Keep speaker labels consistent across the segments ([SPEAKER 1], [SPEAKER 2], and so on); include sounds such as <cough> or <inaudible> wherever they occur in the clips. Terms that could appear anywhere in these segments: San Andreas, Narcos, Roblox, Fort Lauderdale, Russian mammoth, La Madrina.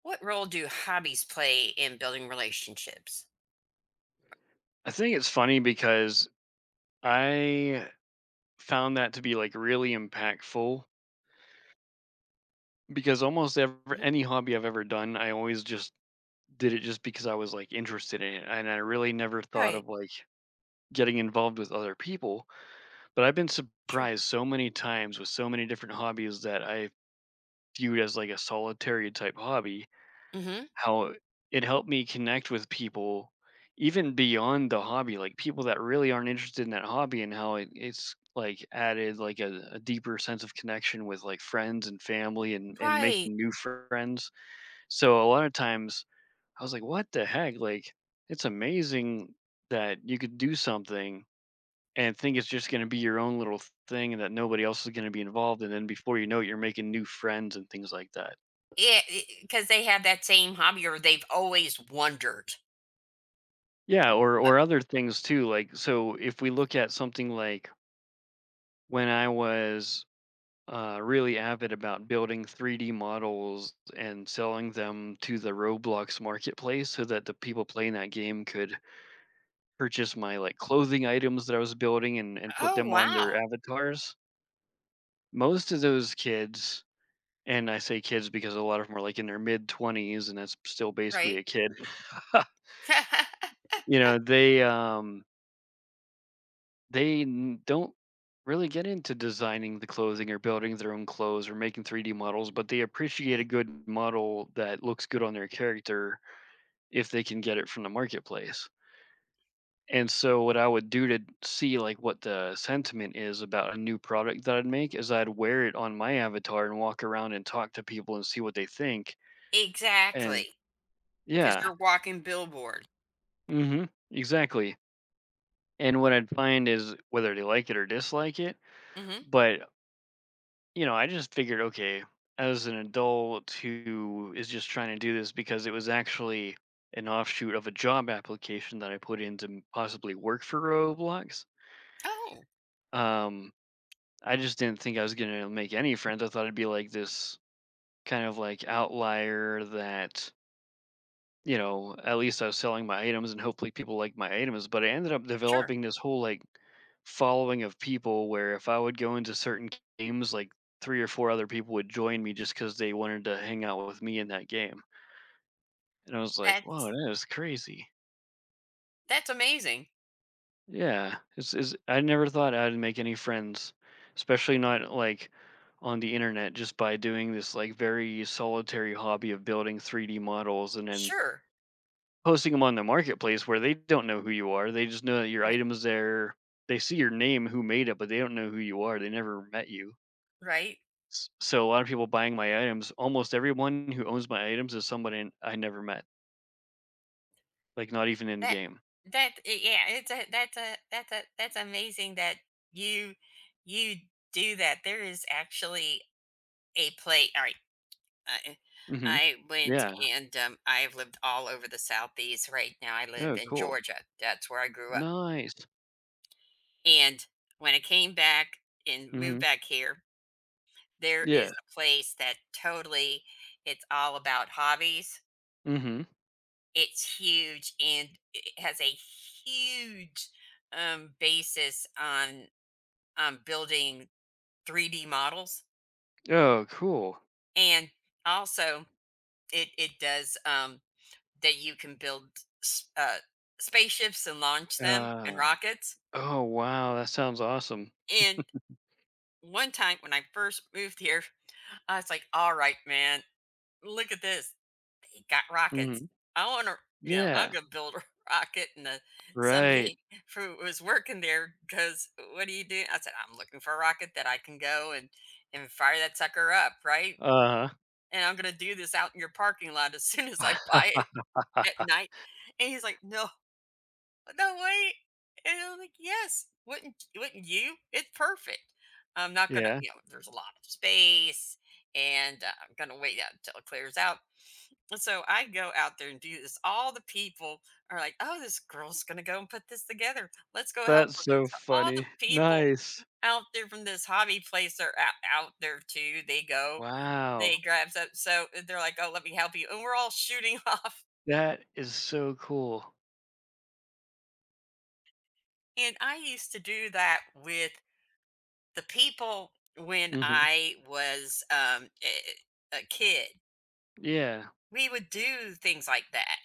[SPEAKER 1] What role do hobbies play in building relationships?
[SPEAKER 2] I think it's funny because I found that to be like really impactful because almost every any hobby I've ever done, I always just did it just because I was like interested in it. And I really never thought
[SPEAKER 1] Right.
[SPEAKER 2] of like getting involved with other people. But I've been
[SPEAKER 1] Sure.
[SPEAKER 2] surprised so many times with so many different hobbies that I viewed as like a solitary type hobby.
[SPEAKER 1] Hmm.
[SPEAKER 2] How it helped me connect with people even beyond the hobby, like, people that really aren't interested in that hobby and how it's, like, added, like, a deeper sense of connection with, like, friends and family and
[SPEAKER 1] Right.
[SPEAKER 2] making new friends. So, a lot of times, I was like, "What the heck?" Like, it's amazing that you could do something and think it's just gonna be your own little thing and that nobody else is gonna be involved, and then before you know it, you're making new friends and things like that.
[SPEAKER 1] Yeah, because they have that same hobby, or they've always wondered.
[SPEAKER 2] Yeah, or other things too. Like, so if we look at something like when I was really avid about building 3D models and selling them to the Roblox marketplace so that the people playing that game could purchase my like clothing items that I was building and put
[SPEAKER 1] Oh
[SPEAKER 2] them on their
[SPEAKER 1] wow!
[SPEAKER 2] avatars. Most of those kids, and I say kids because a lot of them are like in their mid 20s and that's still basically
[SPEAKER 1] Right.
[SPEAKER 2] a kid, <laughs>
[SPEAKER 1] <laughs>
[SPEAKER 2] they don't really get into designing the clothing or building their own clothes or making 3D models, but they appreciate a
[SPEAKER 1] Right.
[SPEAKER 2] good model that looks good on their character if they can get it from the marketplace. And so what I would do to see like what the sentiment is about a new product that I'd make is I'd wear it on my avatar and walk around and talk to people and see what they think. And
[SPEAKER 1] Exactly, because
[SPEAKER 2] yeah.
[SPEAKER 1] you're walking billboard.
[SPEAKER 2] Mhm. Exactly. And what I'd find is whether they like it or dislike it,
[SPEAKER 1] Hmm.
[SPEAKER 2] but I just figured, okay, as an adult who is just trying to do this because it was actually an offshoot of a job application that I put in to possibly work for Roblox.
[SPEAKER 1] Oh.
[SPEAKER 2] Um, I just didn't think I was gonna make any friends. I thought I'd be like this kind of like outlier that, at least I was selling my items and hopefully people liked my items. But I ended up
[SPEAKER 1] Sure.
[SPEAKER 2] developing this whole like following of people where if I would go into certain games, like three or four other people would join me just because they wanted to hang out with me in that game. And I was like, whoa,
[SPEAKER 1] that's
[SPEAKER 2] that is crazy.
[SPEAKER 1] that's amazing.
[SPEAKER 2] Yeah. I never thought I'd make any friends, especially not like on the internet just by doing this like very solitary hobby of building 3D models and then
[SPEAKER 1] Sure.
[SPEAKER 2] posting them on the marketplace where they don't know who you are. They just know that your
[SPEAKER 1] Right.
[SPEAKER 2] item is there. They see your name, who made it, but they don't know who you are. They never met you.
[SPEAKER 1] Right?
[SPEAKER 2] So a lot of people buying my items, almost everyone who owns my items is somebody I never met, like not even in the
[SPEAKER 1] That
[SPEAKER 2] game.
[SPEAKER 1] that eh, yeah, it's a that's a that's a that's amazing that you you do that. There is actually a play. All right, I
[SPEAKER 2] Hmm.
[SPEAKER 1] I went
[SPEAKER 2] Yeah.
[SPEAKER 1] and, I've lived all over the Southeast. Right now, I live
[SPEAKER 2] Oh,
[SPEAKER 1] in
[SPEAKER 2] cool.
[SPEAKER 1] Georgia. That's where I grew up,
[SPEAKER 2] Nice.
[SPEAKER 1] and when I came back and moved
[SPEAKER 2] Hmm.
[SPEAKER 1] back here, there is
[SPEAKER 2] Yeah.
[SPEAKER 1] a place that totally it's all about hobbies.
[SPEAKER 2] Hmm.
[SPEAKER 1] It's huge, and it has a huge, basis on building 3D models,
[SPEAKER 2] Oh, cool.
[SPEAKER 1] and also it does, that you can build s- uh, spaceships and launch them
[SPEAKER 2] Uh,
[SPEAKER 1] and rockets.
[SPEAKER 2] oh, wow. That sounds awesome.
[SPEAKER 1] And one time when I first moved here, I was like, all right, man, look at this. They got rockets.
[SPEAKER 2] Hmm.
[SPEAKER 1] I want to, you know, I'm
[SPEAKER 2] Yeah.
[SPEAKER 1] going to build a <laughs> rocket. And
[SPEAKER 2] Right.
[SPEAKER 1] somebody who was working there goes, what are you doing? I said, I'm looking for a rocket that I can go and fire that sucker up, right?
[SPEAKER 2] Uh
[SPEAKER 1] And I'm going to do this out in your parking lot as soon as I
[SPEAKER 2] huh.
[SPEAKER 1] buy it
[SPEAKER 2] <laughs>
[SPEAKER 1] at night. And he's like, no, no way. And I'm like, yes, wouldn't you? It's perfect. I'm not gonna,
[SPEAKER 2] Yeah.
[SPEAKER 1] you know, there's a lot of space, and I'm gonna wait out until it clears out. And so I go out there and do this. All the people are like, oh, this girl's gonna go and put this together. Let's go help
[SPEAKER 2] That's
[SPEAKER 1] her.
[SPEAKER 2] so
[SPEAKER 1] So all the
[SPEAKER 2] funny.
[SPEAKER 1] people
[SPEAKER 2] Nice.
[SPEAKER 1] out there from this hobby place are out, out there too. They go, they
[SPEAKER 2] Wow.
[SPEAKER 1] grab up. So they're like, oh, let me help you. And we're all shooting <laughs> off.
[SPEAKER 2] That is so cool.
[SPEAKER 1] And I used to do that with the people when
[SPEAKER 2] Mhm.
[SPEAKER 1] I was a kid,
[SPEAKER 2] Yeah.
[SPEAKER 1] we would do things like that.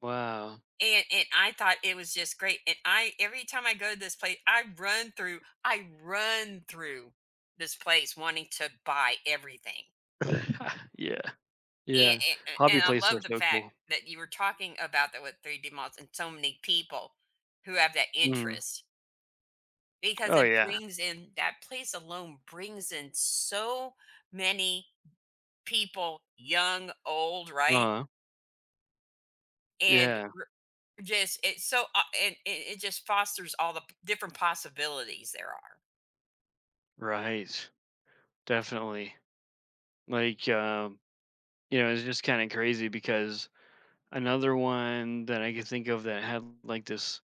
[SPEAKER 2] Wow.
[SPEAKER 1] And I thought it was just great. And I every time I go to this place, I run through this place wanting to buy everything.
[SPEAKER 2] <laughs> Yeah.
[SPEAKER 1] And,
[SPEAKER 2] Yeah.
[SPEAKER 1] and,
[SPEAKER 2] Hobby
[SPEAKER 1] and I
[SPEAKER 2] places are
[SPEAKER 1] love the
[SPEAKER 2] so
[SPEAKER 1] fact
[SPEAKER 2] cool.
[SPEAKER 1] that you were talking about that with 3D malls and so many people who have that
[SPEAKER 2] Mhm.
[SPEAKER 1] interest because
[SPEAKER 2] Oh,
[SPEAKER 1] it
[SPEAKER 2] yeah.
[SPEAKER 1] brings in that place alone brings in so many people, young, old, right?
[SPEAKER 2] uh
[SPEAKER 1] And
[SPEAKER 2] Yeah.
[SPEAKER 1] r just it's so and it just fosters all the p different possibilities there are.
[SPEAKER 2] Right. Definitely. Like, it's just kinda crazy because another one that I could think of that had, like, this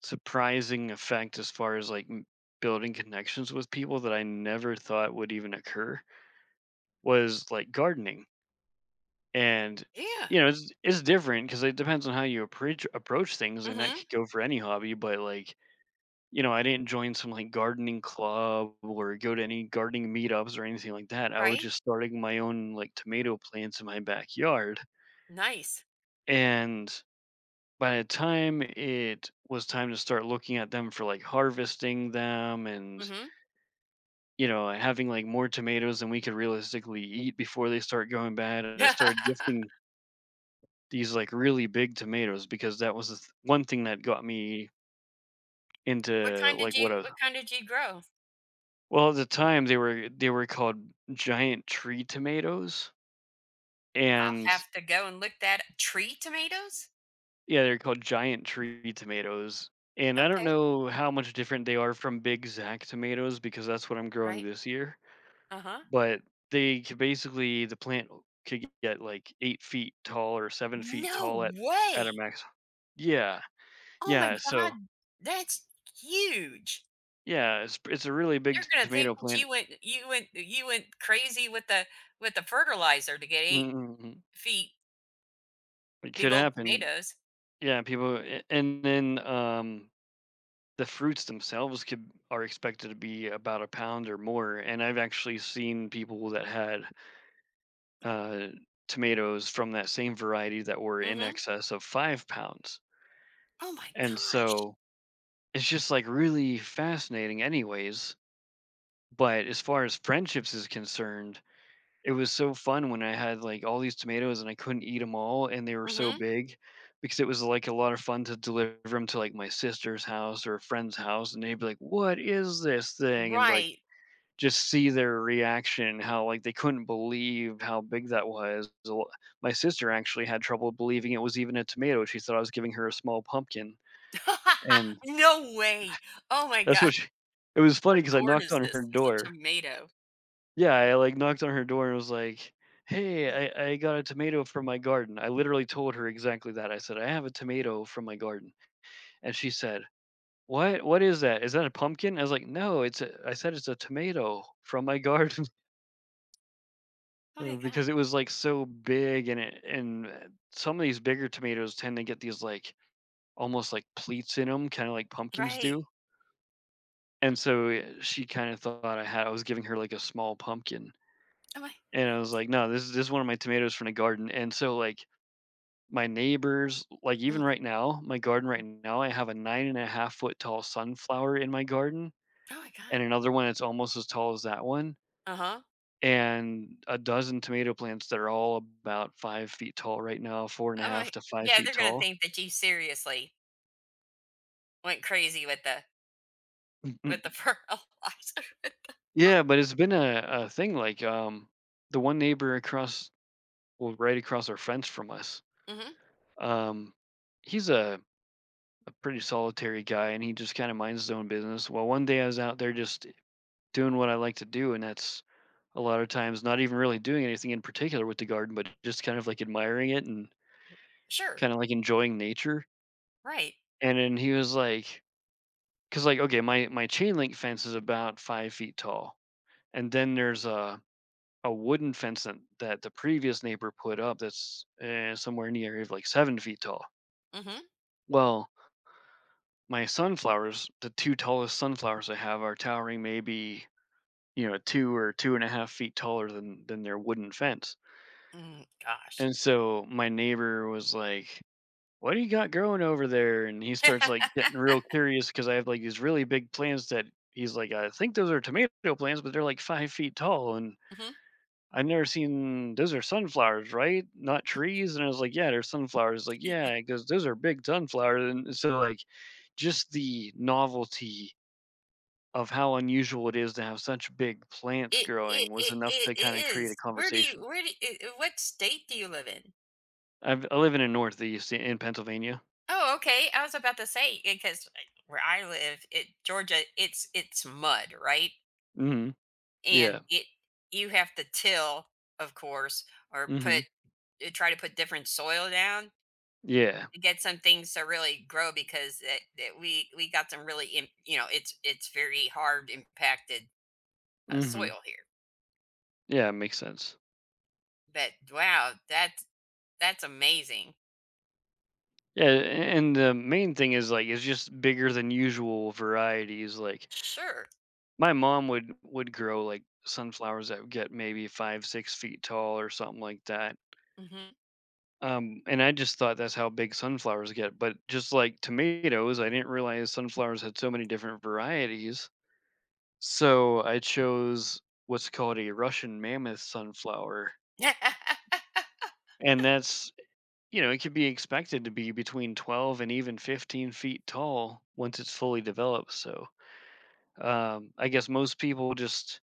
[SPEAKER 2] surprising effect as far as, like, m building connections with people that I never thought would even occur was like gardening. And,
[SPEAKER 1] Yeah.
[SPEAKER 2] it's different because it depends on how you approach things,
[SPEAKER 1] Mm.
[SPEAKER 2] and that
[SPEAKER 1] Mhm.
[SPEAKER 2] could go for any hobby. But like, I didn't join some like gardening club or go to any gardening meetups or anything like that. I was
[SPEAKER 1] Right?
[SPEAKER 2] just starting my own like tomato plants in my backyard.
[SPEAKER 1] Nice.
[SPEAKER 2] And by the time it was time to start looking at them for like harvesting them
[SPEAKER 1] Mm.
[SPEAKER 2] and
[SPEAKER 1] Mhm.
[SPEAKER 2] having like more tomatoes than we could realistically eat before they start going bad, I started gifting
[SPEAKER 1] <laughs>
[SPEAKER 2] these, like, really big tomatoes because that was the th one thing that got me
[SPEAKER 1] What
[SPEAKER 2] into,
[SPEAKER 1] kind did
[SPEAKER 2] like, what
[SPEAKER 1] you
[SPEAKER 2] a
[SPEAKER 1] what kind did you grow?
[SPEAKER 2] well, at the time, they were called giant tree tomatoes,
[SPEAKER 1] I'll
[SPEAKER 2] and
[SPEAKER 1] have to go and look that up. Tree tomatoes?
[SPEAKER 2] yeah, they're called giant tree tomatoes, and I don't
[SPEAKER 1] Okay.
[SPEAKER 2] know how much different they are from big Zack tomatoes because that's what I'm growing
[SPEAKER 1] Right.
[SPEAKER 2] this year,
[SPEAKER 1] Uh-huh.
[SPEAKER 2] but they could basically the plant could get, like, 8 feet tall or 7 feet tall
[SPEAKER 1] No
[SPEAKER 2] at a
[SPEAKER 1] way!
[SPEAKER 2] max. Yeah,
[SPEAKER 1] Oh my
[SPEAKER 2] yeah,
[SPEAKER 1] god,
[SPEAKER 2] so
[SPEAKER 1] that's huge.
[SPEAKER 2] yeah, it's a really
[SPEAKER 1] They're
[SPEAKER 2] big
[SPEAKER 1] gonna think
[SPEAKER 2] tomato
[SPEAKER 1] that
[SPEAKER 2] plant.
[SPEAKER 1] you went crazy with the fertilizer to get 8
[SPEAKER 2] Mm. Mhm.
[SPEAKER 1] feet,
[SPEAKER 2] It
[SPEAKER 1] big
[SPEAKER 2] could
[SPEAKER 1] old
[SPEAKER 2] happen.
[SPEAKER 1] tomatoes.
[SPEAKER 2] Yeah, people, a and then, the fruits themselves could are expected to be about a pound or more, and I've actually seen people that had, uh, tomatoes from that same variety that were in
[SPEAKER 1] Mhm.
[SPEAKER 2] excess of 5 pounds,
[SPEAKER 1] Oh my
[SPEAKER 2] and
[SPEAKER 1] gosh.
[SPEAKER 2] so it's just, like, really fascinating anyways, but as far as friendships is concerned, it was so fun when I had, like, all these tomatoes and I couldn't eat them all, and they were so
[SPEAKER 1] Mhm.
[SPEAKER 2] big because it was, like, a lot of fun to deliver them to, like, my sister's house or a friend's house, and they'd be like, "What is this thing?" And, like,
[SPEAKER 1] Right.
[SPEAKER 2] just see their reaction, how, like, they couldn't believe how big that was. So, my sister actually had trouble believing it was even a tomato, she thought I was giving her a small pumpkin, and
[SPEAKER 1] <laughs> No way. Oh my
[SPEAKER 2] that's
[SPEAKER 1] god.
[SPEAKER 2] what she it was
[SPEAKER 1] What
[SPEAKER 2] funny because I
[SPEAKER 1] gourd
[SPEAKER 2] knocked
[SPEAKER 1] is
[SPEAKER 2] on her
[SPEAKER 1] this? It's a
[SPEAKER 2] door.
[SPEAKER 1] tomato.
[SPEAKER 2] Yeah, I, like, knocked on her door and was like, "Hey, I got a tomato from my garden." I literally told her exactly that. I said, "I have a tomato from my garden." And she said, "What? What is that? Is that a pumpkin?" I was like, "No, it's a," I said, "It's a tomato from my garden." <laughs>
[SPEAKER 1] Oh
[SPEAKER 2] Uh,
[SPEAKER 1] my god.
[SPEAKER 2] because it was, like, so big, and it and, some of these bigger tomatoes tend to get these, like, almost like pleats in them, kinda like pumpkins
[SPEAKER 1] Right.
[SPEAKER 2] do. And so, she kinda thought I was giving her, like, a small pumpkin.
[SPEAKER 1] Oh my.
[SPEAKER 2] And I was like, "No, this is one of my tomatoes from the garden." And so, like, even
[SPEAKER 1] Mm.
[SPEAKER 2] right now, my garden right now, I have a 9.5 foot tall sunflower in my garden
[SPEAKER 1] Oh my
[SPEAKER 2] and
[SPEAKER 1] god.
[SPEAKER 2] another one that's almost as tall as that one,
[SPEAKER 1] Uh-huh.
[SPEAKER 2] and a dozen tomato plants that are all about 5 feet tall right now, 4 and a
[SPEAKER 1] Oh
[SPEAKER 2] half
[SPEAKER 1] my.
[SPEAKER 2] to 5
[SPEAKER 1] Yeah,
[SPEAKER 2] feet
[SPEAKER 1] they're gonna
[SPEAKER 2] tall.
[SPEAKER 1] think that you seriously went crazy
[SPEAKER 2] Mhm.
[SPEAKER 1] with the <laughs> fertilizer.
[SPEAKER 2] Yeah, but it's been a thing, like, the one neighbor across, well, right across our fence from us,
[SPEAKER 1] Mhm.
[SPEAKER 2] um, he's a pretty solitary guy and he just kind of minds his own business. Well, one day I was out there just doing what I like to do, and that's a lot of times not even really doing anything in particular with the garden, but just kind of like admiring it and
[SPEAKER 1] Sure.
[SPEAKER 2] kind of like enjoying nature.
[SPEAKER 1] Right.
[SPEAKER 2] And then he was like, because like okay, my chain link fence is about 5 feet tall, and then there's a wooden fence that the previous neighbor put up that's somewhere in the area of like 7 feet tall.
[SPEAKER 1] Mhm.
[SPEAKER 2] Well, my sunflowers, the two tallest sunflowers I have, are towering maybe 2 or 2.5 feet taller than their wooden fence.
[SPEAKER 1] Mm, gosh.
[SPEAKER 2] And so my neighbor was like, "What do you got growing over there?" And he starts like getting real curious because I have like these really big plants that he's like, "I think those are tomato plants, but they're like 5 feet tall." And
[SPEAKER 1] Mhm.
[SPEAKER 2] I've never seen. Those are sunflowers, right? Not trees. And I was like, yeah, they're sunflowers. Like, yeah, because those are big sunflowers. And so, like, just the novelty of how unusual it is to have such big plants
[SPEAKER 1] It it
[SPEAKER 2] growing was
[SPEAKER 1] it
[SPEAKER 2] enough
[SPEAKER 1] it
[SPEAKER 2] to
[SPEAKER 1] it
[SPEAKER 2] kinda create a
[SPEAKER 1] is. Where do you
[SPEAKER 2] conversation.
[SPEAKER 1] what state do you live in?
[SPEAKER 2] I live in the Northeast I in Pennsylvania.
[SPEAKER 1] Oh, okay. I was about to say because where I live, it Georgia, it's mud, right?
[SPEAKER 2] Mhm.
[SPEAKER 1] And
[SPEAKER 2] Yeah.
[SPEAKER 1] it you have to till, of course, or put
[SPEAKER 2] Mhm.
[SPEAKER 1] try to put different soil down
[SPEAKER 2] Yeah.
[SPEAKER 1] to get some things to really grow because we got some really im- you know it's very hard impacted
[SPEAKER 2] Mhm.
[SPEAKER 1] soil here.
[SPEAKER 2] Yeah, it makes sense.
[SPEAKER 1] But wow, that's amazing.
[SPEAKER 2] Yeah, a and the main thing is, like, it's just bigger than usual varieties, like,
[SPEAKER 1] Sure.
[SPEAKER 2] my mom would grow, like, sunflowers that would get maybe 5, 6 feet tall or something like that.
[SPEAKER 1] Hmm.
[SPEAKER 2] And I just thought that's how big sunflowers get, but just like tomatoes, I didn't realize sunflowers had so many different varieties. So I chose what's called a Russian mammoth sunflower.
[SPEAKER 1] <laughs>
[SPEAKER 2] And that's, it could be expected to be between 12 and even 15 feet tall once it's fully developed. So I guess most people just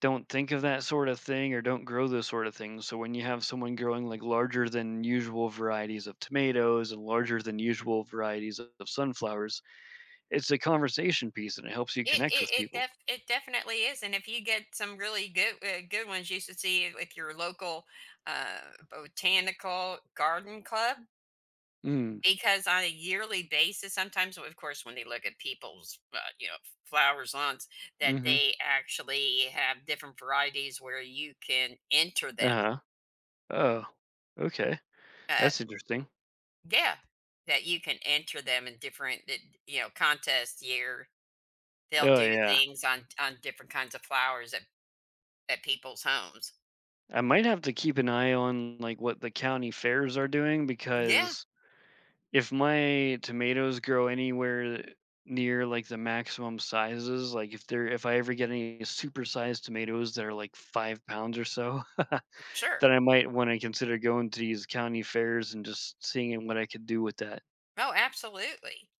[SPEAKER 2] don't think of that sort of thing or don't grow those sort of things. So when you have someone growing like larger than usual varieties of tomatoes and larger than usual varieties of sunflowers, it's a conversation piece and it helps you
[SPEAKER 1] It
[SPEAKER 2] connect
[SPEAKER 1] it
[SPEAKER 2] with
[SPEAKER 1] it
[SPEAKER 2] people.
[SPEAKER 1] def it definitely is, and if you get some really good good ones, you should see it with your local uh, botanical garden club
[SPEAKER 2] Mm.
[SPEAKER 1] because on a yearly basis, sometimes, of course, when they look at people's you know flowers lawns, that
[SPEAKER 2] Mm-hmm.
[SPEAKER 1] they actually have different varieties where you can enter them.
[SPEAKER 2] Uh-huh. Oh. Okay.
[SPEAKER 1] Uh,
[SPEAKER 2] That's interesting.
[SPEAKER 1] yeah, that you can enter them in different you know contests year. They'll
[SPEAKER 2] Oh
[SPEAKER 1] do
[SPEAKER 2] yeah.
[SPEAKER 1] things on different kinds of flowers at people's homes.
[SPEAKER 2] I might have to keep an eye on like what the county fairs are doing
[SPEAKER 1] Yeah,
[SPEAKER 2] because if my tomatoes grow anywhere near like the maximum sizes, like if I ever get any supersized tomatoes that are like 5 pounds or so, <laughs>
[SPEAKER 1] sure.
[SPEAKER 2] then I might want to consider going to these county fairs and just seeing what I could do with that.
[SPEAKER 1] Oh, absolutely.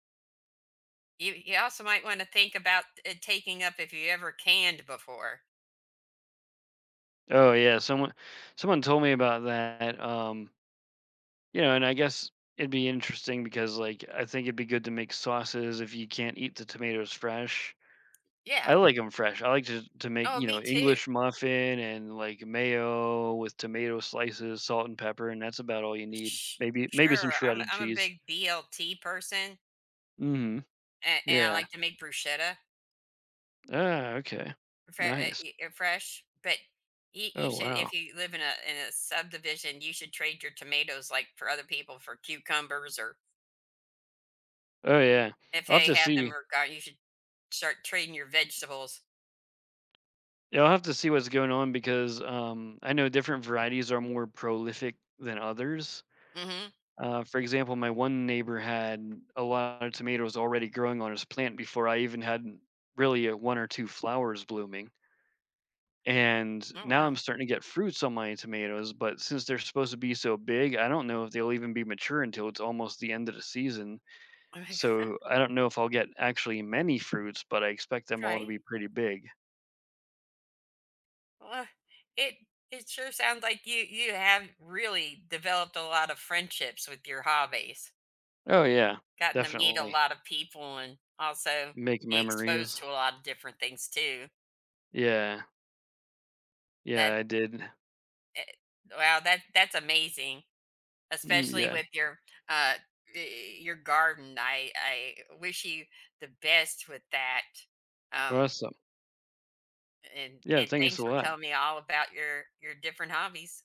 [SPEAKER 1] You also might want to think about taking up if you ever canned before.
[SPEAKER 2] Oh yeah, someone told me about that. And I guess it'd be interesting because like I think it'd be good to make sauces if you can't eat the tomatoes fresh.
[SPEAKER 1] Yeah.
[SPEAKER 2] I like them fresh. I like to make,
[SPEAKER 1] Oh, me too.
[SPEAKER 2] English muffin and, like, mayo with tomato slices, salt and pepper, and that's about all you need.
[SPEAKER 1] Sh-
[SPEAKER 2] Maybe some
[SPEAKER 1] Sure. I'm
[SPEAKER 2] shredded
[SPEAKER 1] I'm a
[SPEAKER 2] cheese.
[SPEAKER 1] big BLT person,
[SPEAKER 2] Mhm.
[SPEAKER 1] and I like
[SPEAKER 2] Yeah.
[SPEAKER 1] to make bruschetta
[SPEAKER 2] Ah, okay. Nice.
[SPEAKER 1] fresh. But you,
[SPEAKER 2] Oh,
[SPEAKER 1] you should, if
[SPEAKER 2] wow.
[SPEAKER 1] you live in a subdivision, you should trade your tomatoes like for other people for cucumbers, or
[SPEAKER 2] Oh, yeah.
[SPEAKER 1] if
[SPEAKER 2] I'll have
[SPEAKER 1] they
[SPEAKER 2] to
[SPEAKER 1] have them
[SPEAKER 2] see.
[SPEAKER 1] or gar- you should start trading your vegetables.
[SPEAKER 2] Yeah, I'll have to see what's going on because, I know different varieties are more prolific than others.
[SPEAKER 1] Mm-hmm.
[SPEAKER 2] For example, my one neighbor had a lot of tomatoes already growing on his plant before I even had really, 1 or 2 flowers blooming. And
[SPEAKER 1] Oh
[SPEAKER 2] now
[SPEAKER 1] wow.
[SPEAKER 2] I'm
[SPEAKER 1] <laughs>
[SPEAKER 2] starting to get fruits on my tomatoes, but since they're supposed to be so big, I don't know if they'll even be mature until it's almost the end of the season.
[SPEAKER 1] Oh my god.
[SPEAKER 2] So I don't know if I'll get actually many fruits, but I expect them all to
[SPEAKER 1] Right.
[SPEAKER 2] be pretty big.
[SPEAKER 1] Well, it it sure sounds like you have really developed a lot of friendships with your hobbies.
[SPEAKER 2] Oh yeah,
[SPEAKER 1] Gotten to meet a
[SPEAKER 2] definitely.
[SPEAKER 1] lot of people and also
[SPEAKER 2] Make
[SPEAKER 1] be exposed
[SPEAKER 2] memories.
[SPEAKER 1] to a lot of different things too.
[SPEAKER 2] Yeah. Yeah,
[SPEAKER 1] That
[SPEAKER 2] I did.
[SPEAKER 1] eh, that's amazing,
[SPEAKER 2] Mm,
[SPEAKER 1] especially
[SPEAKER 2] yeah.
[SPEAKER 1] with your uh your garden. I wish you the best with that. Um
[SPEAKER 2] Awesome. Yeah,
[SPEAKER 1] and
[SPEAKER 2] thanks
[SPEAKER 1] thanks
[SPEAKER 2] a
[SPEAKER 1] for
[SPEAKER 2] lot.
[SPEAKER 1] telling me all about your different hobbies.